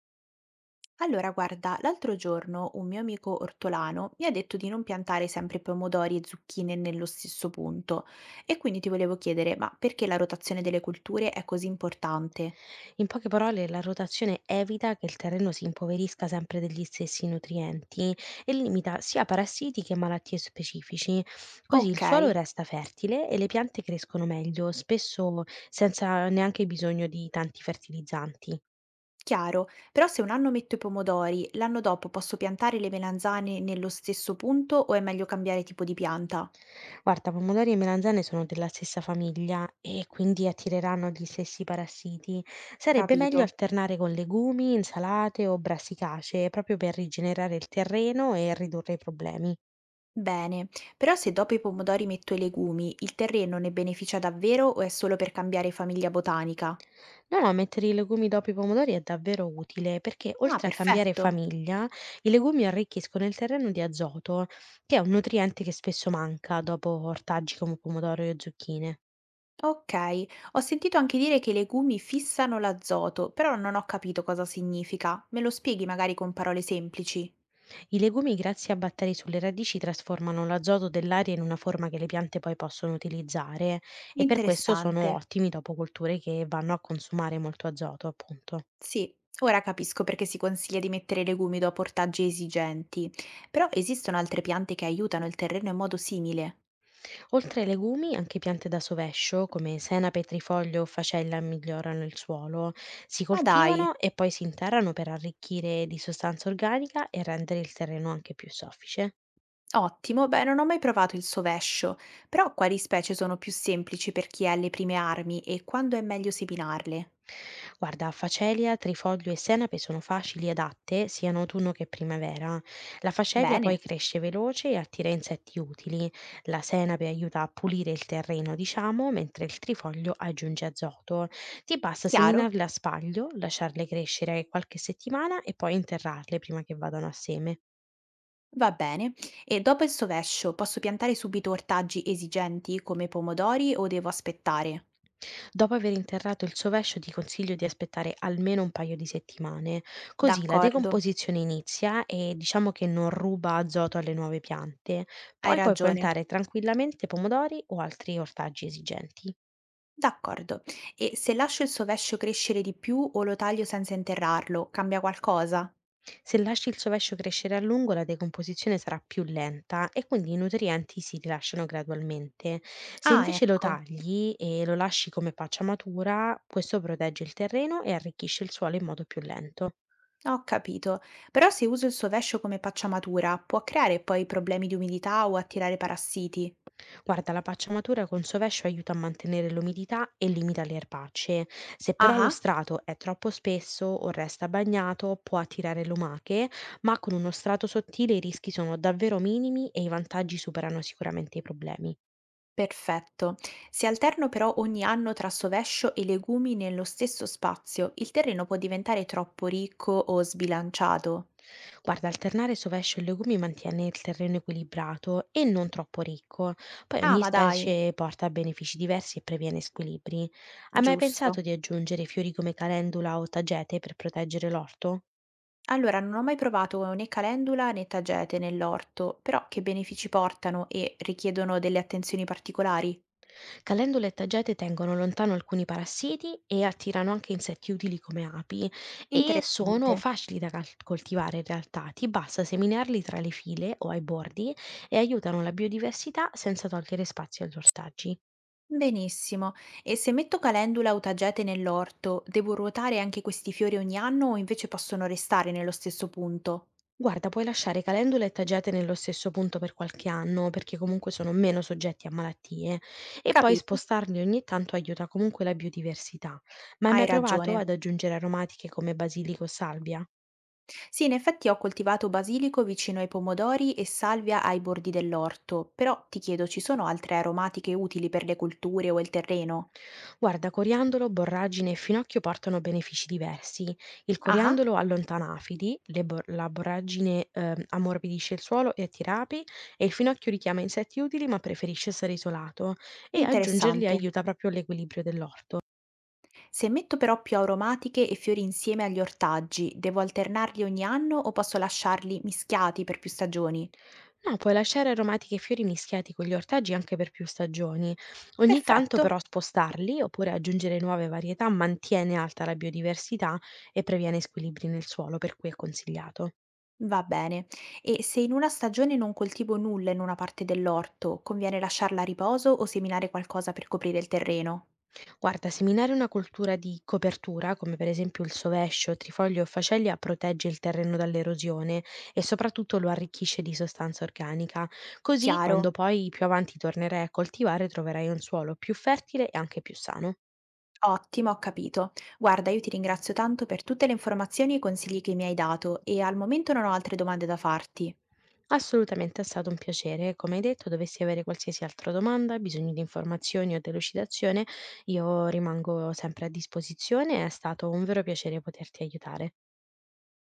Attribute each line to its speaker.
Speaker 1: Allora, guarda, l'altro giorno un mio amico ortolano mi ha detto di non piantare sempre pomodori e zucchine nello stesso punto e quindi ti volevo chiedere, ma perché la rotazione delle culture è così importante?
Speaker 2: In poche parole, la rotazione evita che il terreno si impoverisca sempre degli stessi nutrienti e limita sia parassiti che malattie specifici. Così il
Speaker 1: Ok,
Speaker 2: suolo resta fertile e le piante crescono meglio, spesso senza neanche bisogno di tanti fertilizzanti.
Speaker 1: chiaro, però se un anno metto i pomodori, l'anno dopo posso piantare le melanzane nello stesso punto o è meglio cambiare tipo di pianta?
Speaker 2: Guarda, pomodori e melanzane sono della stessa famiglia e quindi attireranno gli stessi parassiti. Sarebbe meglio
Speaker 1: Capito.
Speaker 2: alternare con legumi, insalate o brassicacee proprio per rigenerare il terreno e ridurre i problemi.
Speaker 1: Bene, però se dopo i pomodori metto i legumi, il terreno ne beneficia davvero o è solo per cambiare famiglia botanica?
Speaker 2: No, no, mettere i legumi dopo i pomodori è davvero utile perché
Speaker 1: Ah,
Speaker 2: oltre a cambiare
Speaker 1: perfetto.
Speaker 2: famiglia, i legumi arricchiscono il terreno di azoto, che è un nutriente che spesso manca dopo ortaggi come pomodoro e zucchine.
Speaker 1: Ok, ho sentito anche dire che i legumi fissano l'azoto, però non ho capito cosa significa. Me lo spieghi magari con parole semplici?
Speaker 2: I legumi, grazie a batteri sulle radici, trasformano l'azoto dell'aria in una forma che le piante poi possono utilizzare e per questo sono
Speaker 1: Interessante.
Speaker 2: ottimi dopo colture che vanno a consumare molto azoto, appunto.
Speaker 1: Sì, ora capisco perché si consiglia di mettere legumi dopo ortaggi esigenti. Però esistono altre piante che aiutano il terreno in modo simile.
Speaker 2: Oltre ai legumi, anche piante da sovescio, come senape, trifoglio o facella, migliorano il suolo. Si
Speaker 1: Ma dai,
Speaker 2: coltivano e poi si interrano per arricchire di sostanza organica e rendere il terreno anche più soffice.
Speaker 1: ottimo, beh, non ho mai provato il sovescio, però quali specie sono più semplici per chi ha le prime armi e quando è meglio seminarle?
Speaker 2: Guarda, facelia, trifoglio e senape sono facili ed atte sia in autunno che primavera. La facelia poi
Speaker 1: Bene,
Speaker 2: cresce veloce e attira insetti utili. La senape aiuta a pulire il terreno, diciamo, mentre il trifoglio aggiunge azoto. Ti basta
Speaker 1: chiaro?
Speaker 2: seminarle a spaglio, lasciarle crescere qualche settimana e poi interrarle prima che vadano a seme.
Speaker 1: Va bene. E dopo il sovescio posso piantare subito ortaggi esigenti come pomodori o devo aspettare?
Speaker 2: Dopo aver interrato il sovescio ti consiglio di aspettare almeno un paio di settimane, così la
Speaker 1: D'accordo,
Speaker 2: decomposizione inizia e diciamo che non ruba azoto alle nuove piante.
Speaker 1: hai
Speaker 2: Poi puoi
Speaker 1: ragione.
Speaker 2: piantare tranquillamente pomodori o altri ortaggi esigenti.
Speaker 1: D'accordo. E se lascio il sovescio crescere di più o lo taglio senza interrarlo, cambia qualcosa?
Speaker 2: Se lasci il sovescio crescere a lungo la decomposizione sarà più lenta e quindi i nutrienti si rilasciano gradualmente. Se
Speaker 1: Ah,
Speaker 2: invece lo
Speaker 1: ecco,
Speaker 2: tagli e lo lasci come paccia matura, questo protegge il terreno e arricchisce il suolo in modo più lento.
Speaker 1: ho capito. Però se uso il sovescio come pacciamatura, può creare poi problemi di umidità o attirare parassiti.
Speaker 2: Guarda, la pacciamatura con sovescio aiuta a mantenere l'umidità e limita le erbacce. Se
Speaker 1: Ah,
Speaker 2: però lo
Speaker 1: ah.
Speaker 2: strato è troppo spesso o resta bagnato, può attirare lumache, ma con uno strato sottile i rischi sono davvero minimi e i vantaggi superano sicuramente i problemi.
Speaker 1: Perfetto. Se alterno però ogni anno tra sovescio e legumi nello stesso spazio, il terreno può diventare troppo ricco o sbilanciato.
Speaker 2: Guarda, alternare sovescio e legumi mantiene il terreno equilibrato e non troppo ricco. Poi
Speaker 1: Ah,
Speaker 2: ogni
Speaker 1: ma dai,
Speaker 2: specie porta benefici diversi e previene squilibri. Hai mai
Speaker 1: giusto.
Speaker 2: pensato di aggiungere fiori come calendula o tagete per proteggere l'orto?
Speaker 1: Allora, non ho mai provato né calendula né tagete nell'orto, però che benefici portano e richiedono delle attenzioni particolari?
Speaker 2: Calendule e taggiate tengono lontano alcuni parassiti e attirano anche insetti utili come api e
Speaker 1: Interessante.
Speaker 2: sono facili da coltivare in realtà, ti basta seminarli tra le file o ai bordi e aiutano la biodiversità senza togliere spazio agli ortaggi.
Speaker 1: Benissimo. E se metto calendula o tagete nell'orto, devo ruotare anche questi fiori ogni anno o invece possono restare nello stesso punto?
Speaker 2: Guarda, puoi lasciare calendule e taggiate nello stesso punto per qualche anno perché comunque sono meno soggetti a malattie e poi
Speaker 1: Capito?
Speaker 2: spostarli ogni tanto aiuta comunque la biodiversità. Ma hai mai
Speaker 1: Hai
Speaker 2: provato
Speaker 1: ragione.
Speaker 2: ad aggiungere aromatiche come basilico o salvia?
Speaker 1: Sì, in effetti ho coltivato basilico vicino ai pomodori e salvia ai bordi dell'orto, però ti chiedo, ci sono altre aromatiche utili per le colture o il terreno?
Speaker 2: Guarda, coriandolo, borragine e finocchio portano benefici diversi. Il
Speaker 1: Ah,
Speaker 2: coriandolo allontana afidi, la borragine ammorbidisce il suolo e attira api, e il finocchio richiama insetti utili ma preferisce essere isolato, e aggiungerli
Speaker 1: interessante.
Speaker 2: aiuta proprio all'equilibrio dell'orto.
Speaker 1: Se metto però più aromatiche e fiori insieme agli ortaggi, devo alternarli ogni anno o posso lasciarli mischiati per più stagioni?
Speaker 2: No, puoi lasciare aromatiche e fiori mischiati con gli ortaggi anche per più stagioni. Ogni tanto
Speaker 1: Perfetto,
Speaker 2: però spostarli oppure aggiungere nuove varietà mantiene alta la biodiversità e previene squilibri nel suolo, per cui è consigliato.
Speaker 1: va bene. E se in una stagione non coltivo nulla in una parte dell'orto, conviene lasciarla a riposo o seminare qualcosa per coprire il terreno?
Speaker 2: Guarda, seminare una cultura di copertura, come per esempio il sovescio, trifoglio o facelia, protegge il terreno dall'erosione e soprattutto lo arricchisce di sostanza organica. Così, quando
Speaker 1: Chiaro.
Speaker 2: poi più avanti tornerai a coltivare, troverai un suolo più fertile e anche più sano.
Speaker 1: Ottimo, ho capito. Guarda, io ti ringrazio tanto per tutte le informazioni e i consigli che mi hai dato e al momento non ho altre domande da farti.
Speaker 2: Assolutamente è stato un piacere. Come hai detto, dovessi avere qualsiasi altra domanda, bisogno di informazioni o delucidazione, io rimango sempre a disposizione. È stato un vero piacere poterti aiutare.